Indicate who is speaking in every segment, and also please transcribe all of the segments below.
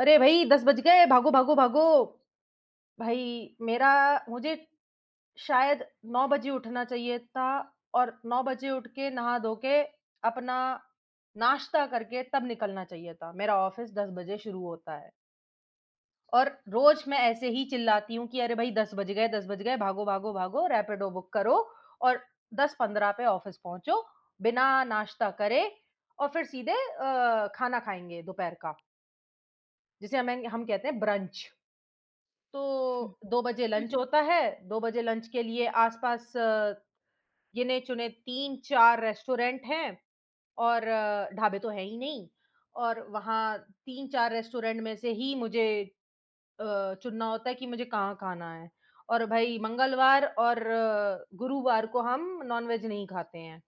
Speaker 1: अरे भई 10 बज गए, भागो, भागो, भागो। भाई मेरा मुझे शायद 9 बजे उठना चाहिए था और 9 बजे उठ के नहा धो के अपना नाश्ता करके तब निकलना चाहिए था। मेरा ऑफ़िस 10 बजे शुरू होता है और रोज़ मैं ऐसे ही चिल्लाती हूँ कि अरे भई 10 बज गए, 10 बज गए, भागो, भागो, भागो, रैपिडो बुक करो और 10:15 पे ऑफ़िस पहुँचो, बिना नाश्ता करे और फिर सीधे खाना खाएँगे दोपहर का, जिसे हमें हम कहते हैं ब्रंच। तो 2 बजे लंच होता है, 2 बजे लंच के लिए आस-पास गिने-चुने 3-4 रेस्टोरेंट हैं और ढाबे तो हैं ही नहीं और वहाँ 3-4 रेस्टोरेंट में से ही मुझे अ, चुनना होता है कि मुझे कहाँ खाना है और भई मंगलवार और गुरुवार को हम नॉन-वेज नहीं खाते हैं।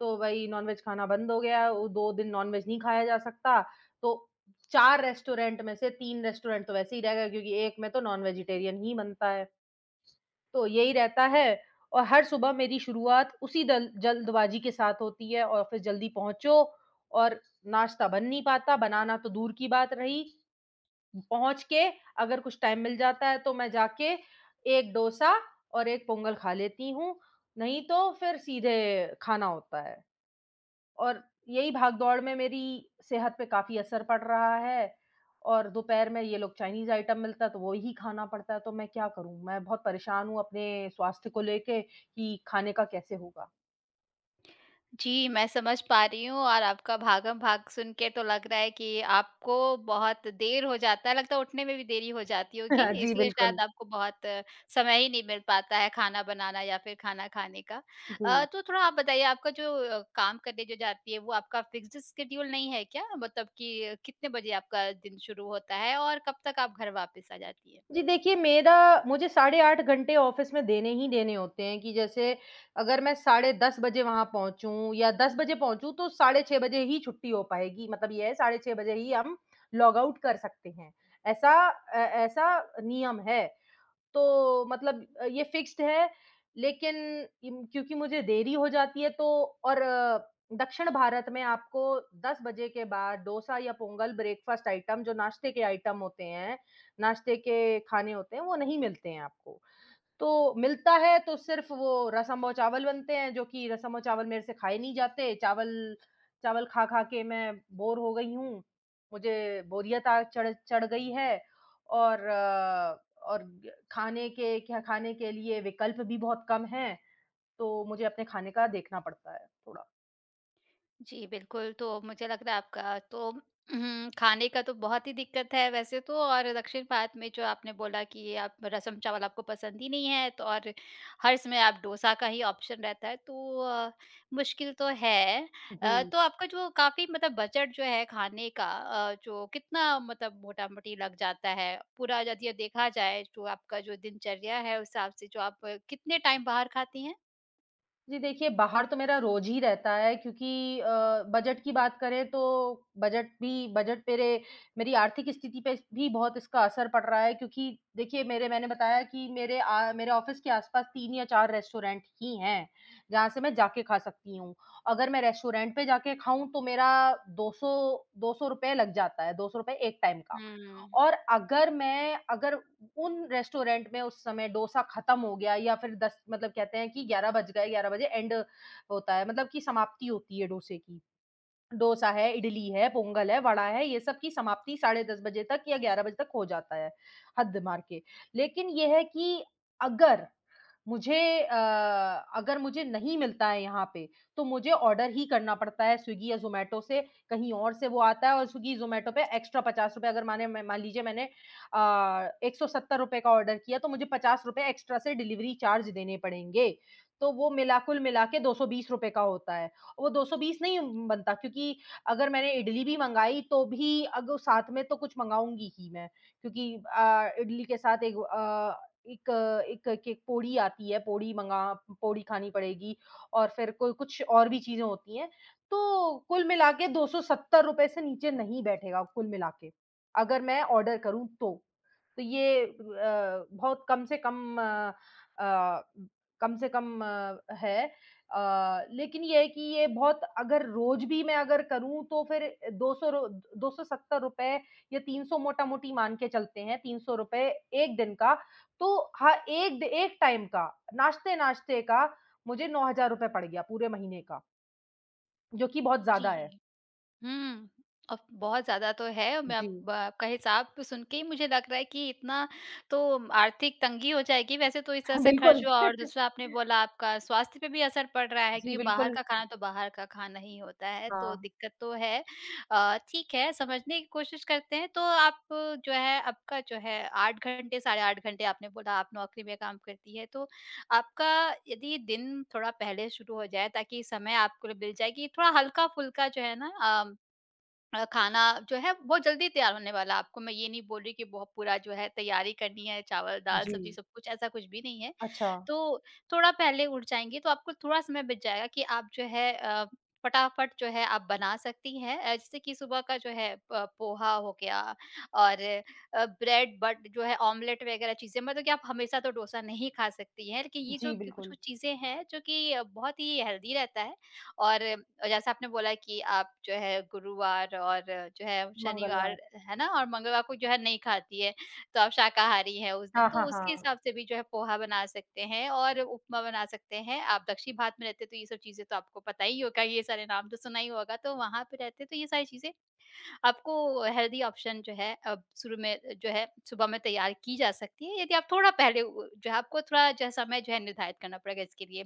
Speaker 1: तो भई नॉन-वेज खाना बंद हो गया, वो 2 दिन नॉन-वेज नहीं खाया जा सकता। तो 4 रेस्टोरेंट में से 3 रेस्टोरेंट तो वैसे ही रह गए क्योंकि 1 में तो नॉन-वेजिटेरियन ही बनता है। तो यही रहता है और हर सुबह मेरी शुरुआत उसी दल जल्दबाजी के साथ होती है, ऑफ़िस जल्दी पहुँचो और नाश्ता बन नहीं पाता, बनाना तो दूर की बात रही। पहुँच के अगर कुछ टाइम मिल जाता है तो मैं जाके 1 डोसा और 1 पोंगल खा लेती हूँ, नहीं तो फिर सीधे खाना होता है। और यही भाग-दौड़ में मेरी सेहत पे काफ़ी असर पड़ रहा है और दोपहर में ये लोग चाइनीज़ आइटम मिलता है तो वही खाना पड़ता है, तो मैं क्या करूँ? मैं बहुत परेशान हूँ अपने स्वास्थ्य को लेके कि खाने का कैसे होगा?
Speaker 2: जी, मैं समझ पा रही हूँ और आपका भागम-भाग सुन के तो लग रहा है कि आपको बहुत देर हो जाता है, लगता है उठने में भी देरी हो जाती होगी,
Speaker 1: जी,
Speaker 2: इसलिए
Speaker 1: बिल्कुल।
Speaker 2: शायद आपको बहुत समय ही नहीं मिल पाता है खाना बनाना या फिर खाना खाने का।
Speaker 1: जी।
Speaker 2: तो थोड़ा आप बताइए, आपका जो काम करने जो जाती है, वो आपका फ़िक्स्ड स्केड्यूल नहीं है क्या? मतलब कि कितने बजे आपका दिन शुरू होता है और कब तक आप घर वापस आ जाती हैं?
Speaker 1: जी देखिए, मेरा मुझे साढ़े 8 घंटे ऑफ़िस में देने ही देने होते हैं कि जैसे अगर मैं साढ़े 10 बजे वहाँ पहुँचूँ या 10 बजे पहुँचूँ तो साढ़े 6 बजे ही छुट्टी हो पाएगी। मतलब ये है साढ़े 6 बजे ही हम लॉग आउट कर सकते हैं। ऐसा नियम है। तो मतलब ये फ़िक्स्ड है लेकिन इम क्योंकि मुझे देरी हो जाती है तो और दक्षिण भारत में आपको 10 बजे के बाद डोसा या पोंगल ब्रेकफ़ास्ट आइटम जो नाश्ते के आइटम होते हैं, नाश्ते के खाने होते हैं, वो नहीं मिलते हैं आपको। तो मिलता है तो सिर्फ़ वो रसम और चावल बनते हैं, जो कि रसम और चावल मेरे से खाए नहीं जाते। चावल चावल खा-खा के मैं बोर हो गई हूँ। मुझे बोरियत आ चढ़ चढ़ गई है और और ग खाने के लिए विकल्प भी बहुत कम हैं, तो मुझे अपने खाने का देखना पड़ता है थोड़ा।
Speaker 2: जी, बिल्कुल, तो मुझे लग रहा है आपका तो खाने का तो बहुत ही दिक्कत है वैसे तो, और दक्षिण भारत में जो आपने बोला कि ये आप रसम चावल आपको पसंद ही नहीं है, तो और हर समय आप डोसा का ही ऑप्शन रहता है, तो मुश्किल तो है।
Speaker 1: जी।
Speaker 2: तो आपका जो काफ़ी मतलब बजट जो है खाने का, जो कितना मतलब मोटा-मोटी लग जाता है? पूरा यदि ये देखा जाए, जो आपका जो दिनचर्या है उस हिसाब से, जो आप कितने टाइम बाहर खाती हैं?
Speaker 1: जी देखिए, बाहर तो मेरा रोज ही रहता है क्योंकि अ, बजट की बात करें तो बजट भी बजट मेरे मेरी आर्थिक स्थिति पे भी बहुत इसका असर पड़ रहा है क्योंकि देखिए मेरे मैंने बताया कि मेरे ऑफिस के आसपास 3 या 4 रेस्टोरेंट ही हैं, जहाँ से मैं जाके खा सकती हूँ। अगर मैं रेस्टोरेंट पे जाके खाऊँ तो मेरा 200 ₹200 लग जाता है, ₹200 एक टाइम का।
Speaker 2: हुँ,
Speaker 1: और अगर मैं अगर उन रेस्टोरेंट में उस समय डोसा खत्म हो गया या फिर 10 मतलब कहते हैं कि 11 बज गए 11 बजे एंड होता है मतलब कि समाप्ति होती है डोसे की। डोसा है, इडली है, पोंगल है, वड़ा है, ये सब की समाप्ति 10:30 बजे तक या 11 बजे तक हो जाता है, हद मार के। लेकिन ये है कि अगर मुझे अ, अगर मुझे नहीं मिलता है यहाँ पे, तो मुझे ऑर्डर ही करना पड़ता है स्विगी या ज़ोमैटो से, कहीं और से वो आता है और स्विगी, ज़ोमैटो पे एक्स्ट्रा ₹50 अगर माने मैं मान लीजिए मैंने अ, ₹170 का ऑर्डर किया, तो मुझे ₹50 एक्स्ट्रा से डिलिवरी चार्ज देने पड़ेंगे। तो वो मिला कुल मिला के ₹220 का होता है। और वो 220 नहीं बनता क्योंकि अगर मैंने इडली भी मँगाई, तो भी अग साथ में तो कुछ मँगाऊँगी ही मैं क्योंकि इडली के साथ एक के पोड़ी आती है, पोड़ी खानी पड़ेगी और फिर कोई कुछ और भी चीज़ें होती हैं। तो कुल मिला के ₹270 से नीचे नहीं बैठेगा कुल मिला के, अगर मैं ऑर्डर करूँ तो। तो ये अ, बहुत कम से कम अ अ, कम से कम अ, है अ, लेकिन ये है कि ये बहुत अगर रोज़ भी मैं अगर करूँ तो फिर 200 रो ₹270 या 300 मोटा-मोटी मान के चलते हैं, ₹300 1 दिन का तो हाँ, एक टाइम का, नाश्ते-नाश्ते का मुझे ₹9,000 पड़ गया पूरे महीने का, जो कि बहुत ज़्यादा है।
Speaker 2: जी। हुँ। अब बहुत ज़्यादा तो है, मैं
Speaker 1: जी।
Speaker 2: अब आपका हिसाब तो सुन के ही मुझे लग रहा है कि इतना तो आर्थिक तंगी हो जाएगी, वैसे तो इस तरह
Speaker 1: हाँ,
Speaker 2: से खर्च
Speaker 1: बिल्कुल।
Speaker 2: हुआ। और दूसरा, आपने बोला आपका स्वास्थ्य पे भी असर पड़ रहा है,
Speaker 1: जी,
Speaker 2: क्योंकि बाहर
Speaker 1: बिल्कुल।
Speaker 2: का खाना तो बाहर का खाना ही होता है, तो
Speaker 1: हाँ,
Speaker 2: दिक्कत तो है। ठीक है, समझने की कोशिश करते हैं। तो आप जो है, आपका जो है 8 घंटे, साढ़े 8 घंटे आपने बोला आप नौकरी में काम करती हैं, तो आपका यदि दिन थोड़ा पहले शुरू हो जाए ताकि समय आपको मिल जाए कि थोड़ा हल्का-फुल्का जो है ना, खाना जो है बहुत जल्दी तैयार होने वाला है। आपको मैं ये नहीं बोल रही कि बहुत पूरा जो है तैयारी करनी है, चावल, दाल,
Speaker 1: जी।
Speaker 2: सब्ज़ी सब कुछ, ऐसा कुछ भी नहीं है।
Speaker 1: अच्छा,
Speaker 2: तो थोड़ा पहले उठ जाएँगी तो आपको थोड़ा समय बच जाएगा कि आप जो है फटाफट जो है आप बना सकती हैं। जैसे कि सुबह का जो है प पोहा हो गया और ब्रेड बट जो है ऑमलेट वग़ैरह चीज़ें। मतलब कि आप हमेशा तो डोसा नहीं खा सकती हैं। लेकिन ये जो
Speaker 1: जी,
Speaker 2: कि
Speaker 1: बिल्कुल,
Speaker 2: कुछ-कुछ चीज़ें हैं जो कि बहुत ही हेल्दी रहता है। और जैसे आपने बोला कि आप जो है गुरुवार और जो है शनिवार,
Speaker 1: मंगलवार।
Speaker 2: है ना, और मंगलवार को जो है नहीं खाती है, तो आप शाकाहारी है उस दिन,
Speaker 1: हाँ,
Speaker 2: तो
Speaker 1: हाँ,
Speaker 2: उसके
Speaker 1: हाँ।
Speaker 2: हिसाब से भी जो है पोहा बना सकते हैं और उपमा बना सकते हैं। आप दक्षिण भारत में रहते हैं, तो ये सब चीजें तो आपको पता ही होगा, ये सारे नाम तो सुना ही होगा, तो वहां पे रहते हैं, तो ये सारी चीजें आपको हेल्दी ऑप्शन जो है, अब शुरू में जो है सुबह में तैयार की जा सकती है यदि आप थोड़ा पहले उ जो है आपको थोड़ा जो है समय जो है निर्धारित करना पड़ेगा इसके लिए।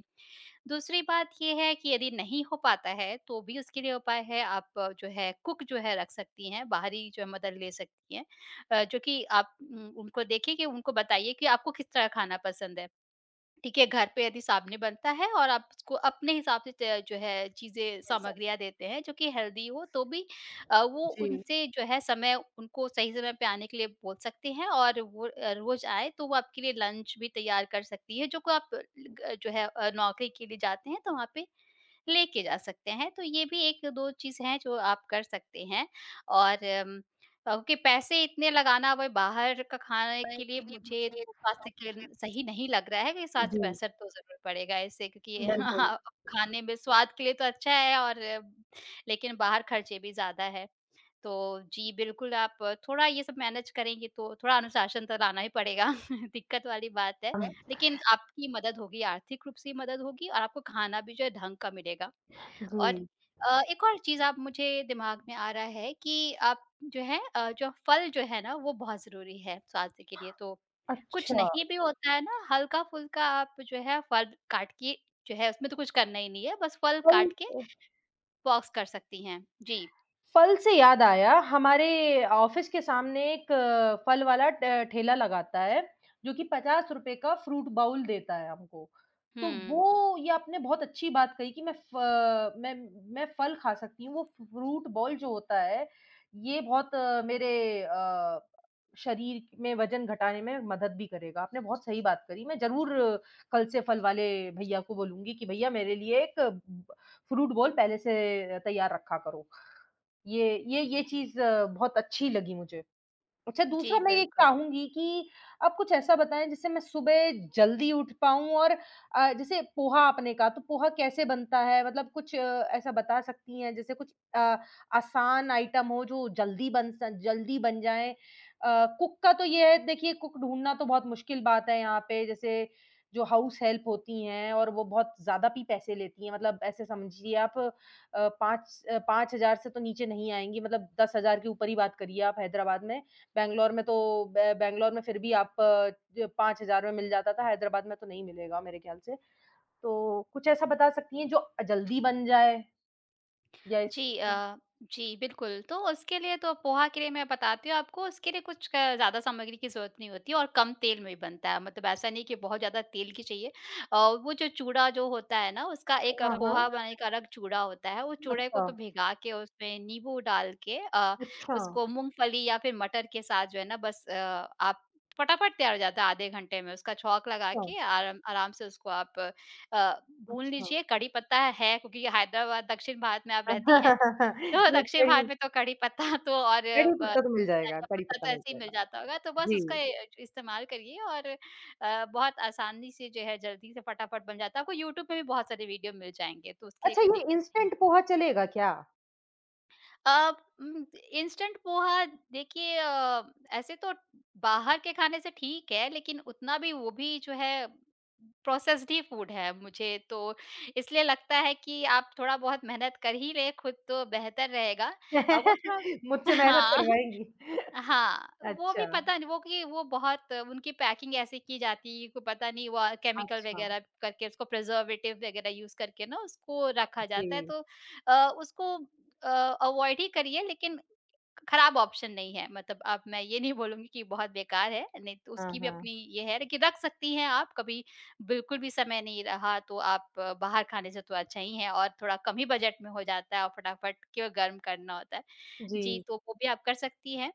Speaker 2: दूसरी बात ये है कि यदि नहीं हो पाता है, तो भी उसके लिए उपाय है। आप जो है कुक जो है रख सकती हैं, बाहरी जो है मदद ले सकती हैं। जो कि आप उनको देखिए कि उनको बताइए कि आपको किस तरह खाना पसंद है। ठीक है, घर पे यदि सामने बनता है और आप उसको अपने हिसाब से त जो है चीज़ें सामग्रियाँ देते हैं जो कि हेल्दी हो, तो भी वो
Speaker 1: जी,
Speaker 2: उनसे जो है समय उनको सही समय पे आने के लिए बोल सकते हैं, और वो रोज़ आए तो वो आपके लिए लंच भी तैयार कर सकती है, जो को आप अ, ग जो है नौकरी के लिए जाते हैं तो वहाँ पे लेके जा सकते हैं। तो ये भी 1-2 चीज़ हैं जो आप कर सकते हैं। और क्योंकि पैसे इतने लगाना भाई बाहर का खाने के लिए, मुझे तो स्वास्थ्य के लिए सही नहीं लग रहा है कि स्वास्थ्य
Speaker 1: जी,
Speaker 2: बेहतर तो ज़रूर पड़ेगा इससे, क्योंकि
Speaker 1: बिल्कुल।
Speaker 2: खाने में स्वाद के लिए तो अच्छा है, और लेकिन बाहर खर्चे भी ज़्यादा है। तो जी, बिल्कुल। आप थोड़ा ये सब मैनेज करेंगे तो थोड़ा अनुशासन तो लाना ही पड़ेगा, दिक्कत वाली बात है। लेकिन आपकी मदद होगी, आर्थिक रूप से मदद होगी, और आपको खाना भी जो है ढंग का मिलेगा। और
Speaker 1: जी,
Speaker 2: एक और चीज़ आप, मुझे दिमाग में आ रहा है कि आप जो है, जो फल जो है ना वो बहुत ज़रूरी है स्वास्थ्य के लिए। तो कुछ
Speaker 1: अच्छा,
Speaker 2: नहीं भी होता है ना, हल्का-फुल्का आप जो है फल काट के, जो है उसमें तो कुछ करना ही नहीं है, बस फल काट
Speaker 1: कल
Speaker 2: के बॉक्स कर सकती हैं। जी।
Speaker 1: फल से याद आया, हमारे ऑफ़िस के सामने एक फल वाला ट ठेला लगाता है, जो कि ₹50 का फ्रूट बाउल देता है हमको। तो
Speaker 2: हुँ।
Speaker 1: वो ये आपने बहुत अच्छी बात कही कि मैं फ मैं फल खा सकती हूँ, वो फ्रूट बाउल जो होता है, ये बहुत मेरे शरीर में वज़न घटाने में मदद भी करेगा। आपने बहुत सही बात करी, मैं ज़रूर कल से फल वाले भैया को बोलूँगी कि भैया मेरे लिए एक ब फ्रूट बाउल पहले से तैयार रखा करो। ये चीज़ बहुत अच्छी लगी मुझे। अच्छा, दूसरा
Speaker 2: जी,
Speaker 1: मैं ये
Speaker 2: बिल्कुल।
Speaker 1: चाहूँगी कि आप कुछ ऐसा बताएँ जिससे मैं सुबह जल्दी उठ पाऊँ और जैसे पोहा आपने कहा, तो पोहा कैसे बनता है? मतलब कुछ ऐसा बता सकती हैं जैसे कुछ आसान आइटम हो जो जल्दी बन जाएँ? कुक का तो ये है देखिए कुक ढूँढना तो बहुत मुश्किल बात है यहाँ पे जैसे जो हाउस हेल्प होती हैं और वो बहुत ज़्यादा भी पैसे लेती हैं मतलब ऐसे समझिए आप 5 5,000 से तो नीचे नहीं आएँगी मतलब 10,000 के ऊपर ही बात करिए आप हैदराबाद में। बैंगलोर में तो बै बैंगलोर में फिर भी आप ज 5,000 में मिल जाता था, हैदराबाद में तो नहीं मिलेगा मेरे ख्याल से। तो कुछ ऐसा बता सकती हैं जो जल्दी बन जाए या
Speaker 2: जी,
Speaker 1: इसको
Speaker 2: जी, बिल्कुल। तो उसके लिए, तो पोहा के लिए मैं बताती हूँ आपको, उसके लिए कुछ क ज़्यादा सामग्री की ज़रूरत नहीं होती है और कम तेल में भी बनता है, मतलब ऐसा नहीं कि बहुत ज़्यादा तेल की चाहिए। अ, वो जो चूड़ा जो होता है ना, उसका एक
Speaker 1: हाँ, ऐसा
Speaker 2: पोहा
Speaker 1: हाँ।
Speaker 2: बनाने का अलग चूड़ा होता है, वो चूड़े को
Speaker 1: बता
Speaker 2: तो भिगा के उसमें नींबू डाल के,
Speaker 1: अच्छा,
Speaker 2: उसको मूँगफली या फिर मटर के साथ जो है ना, बस आप फटाफट तैयार हो जाता है आधे घंटे में, उसका छौंक लगा
Speaker 1: अच्छा, अच्छा,
Speaker 2: के आराम आराम से उसको आप अ, भून
Speaker 1: अच्छा।
Speaker 2: लीजिए। कड़ी पत्ता है, क्योंकि हैदराबाद दक्षिण भारत में आप रहती हैं, तो
Speaker 1: ये
Speaker 2: दक्षिण भारत
Speaker 1: कढ़ी
Speaker 2: में तो कड़ी पत्ता तो, और
Speaker 1: कढ़ी
Speaker 2: ब
Speaker 1: पत्ता तो मिल जाएगा,
Speaker 2: धनिया
Speaker 1: कढ़ी
Speaker 2: पत्ता
Speaker 1: पत्ता
Speaker 2: तो
Speaker 1: मिल
Speaker 2: ऐसे ही मिल
Speaker 1: जाएगा।
Speaker 2: जाता होगा, तो बस
Speaker 1: जी।
Speaker 2: उसका ए इस्तेमाल करिए, और बहुत आसानी से जो है जल्दी से फटाफट बन जाता है। आपको यूट्यूब पे भी बहुत सारे वीडियो मिल जाएँगे, तो उसके लिए
Speaker 1: अच्छा
Speaker 2: कोई
Speaker 1: ये
Speaker 2: दिक्कत नहीं
Speaker 1: इंस्टेंट
Speaker 2: है।
Speaker 1: पोहा चलेगा क्या?
Speaker 2: अब इंस्टेंट पोहा, देखिए, ऐसे तो बाहर के खाने से ठीक है, लेकिन उतना भी वो भी जो है प्रोसेस्ड ही फूड है। मुझे तो इसलिए लगता है कि आप थोड़ा बहुत मेहनत कर ही लें खुद, तो बेहतर रहेगा। वो थोड़ा
Speaker 1: मुझसे मेहनत
Speaker 2: हाँ।
Speaker 1: करवाएँगी।
Speaker 2: हाँ, वो भी
Speaker 1: अच्छा,
Speaker 2: पता नहीं वो कि वो, बहुत उनकी पैकिंग ऐसे की जाती है, को पता नहीं वो केमिकल
Speaker 1: अच्छा।
Speaker 2: वगैरह करके उसको, प्रिजर्वेटिव वगैरह यूज़ करके ना उसको रखा जाता है,
Speaker 1: जी।
Speaker 2: तो उसको अवॉइड ही करिए, लेकिन खराब ऑप्शन नहीं है। मतलब अब मैं ये नहीं बोलूँगी कि बहुत बेकार है, नहीं तो
Speaker 1: हाँ,
Speaker 2: उसकी भी
Speaker 1: हाँ।
Speaker 2: अपनी ये है, लेकिन रख सकती हैं आप। कभी बिल्कुल भी समय नहीं रहा तो आप, बाहर खाने से तो अच्छा ही है, और थोड़ा कम ही बजट में हो जाता है और फटाफट क्यों गर्म करना होता है। जी,
Speaker 1: जी,
Speaker 2: तो वो भी आप कर सकती हैं।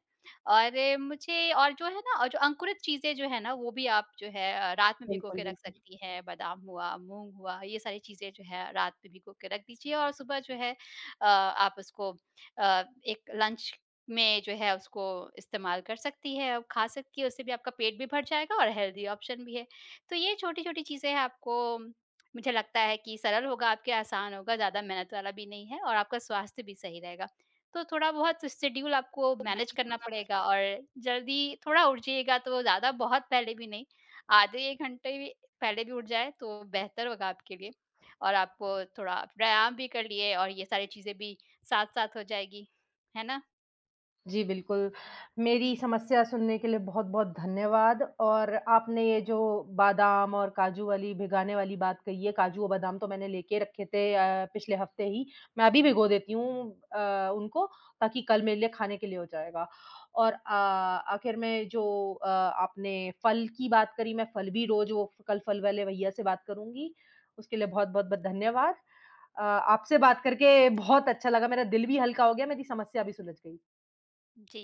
Speaker 2: और मुझे और जो है ना, और जो अंकुरित चीज़ें जो है ना, वो भी आप जो है रात में भिगो के
Speaker 1: बिल्कुल,
Speaker 2: रख
Speaker 1: बिल्कुल।
Speaker 2: सकती हैं, बादाम हुआ, मूँग हुआ, ये सारी चीज़ें जो है रात में भिगो के रख दीजिए और सुबह जो है आप उसको एक लंच में जो है उसको इस्तेमाल कर सकती हैं, आप खा सकती हैं, उससे भी आपका पेट भी भर जाएगा और हेल्दी ऑप्शन भी है। तो ये छोटी-छोटी चीज़ें हैं आपको, मुझे लगता है कि सरल होगा, आपके लिए आसान होगा, ज़्यादा मेहनत वाला भी नहीं है, और आपका स्वास्थ्य भी सही रहेगा। तो थोड़ा-बहुत शेड्यूल आपको मैनेज करना पड़ेगा, और जल्दी थोड़ा उठिएगा, तो ज़्यादा बहुत पहले भी नहीं, आधे 1 घंटे भी पहले भी उठ जाएँ तो बेहतर होगा आपके लिए, और आपको थोड़ा व्यायाम भी कर लिए और ये सारी चीज़ें भी साथ-साथ हो जाएगी, है ना?
Speaker 1: जी, बिल्कुल। मेरी समस्या सुनने के लिए बहुत-बहुत धन्यवाद और आपने ये जो बादाम और काजू वाली भिगाने वाली बात कही है, काजू और बादाम तो मैंने लेके रखे थे पिछले हफ्ते ही। मैं अभी भिगो देती हूँ उनको ताकि कल मेरे लिए खाने के लिए हो जाएगा। और आखिर में जो आपने फल की बात करी, मैं फल भी रोज़ वो कल फल वाले भैया से बात करूँगी। उसके लिए बहुत-बहुत ब धन्यवाद। आपसे बात करके बहुत अच्छा लगा, मेरा दिल भी हल्का हो गया, मेरी समस्या भी सुलझ गई।
Speaker 2: जी।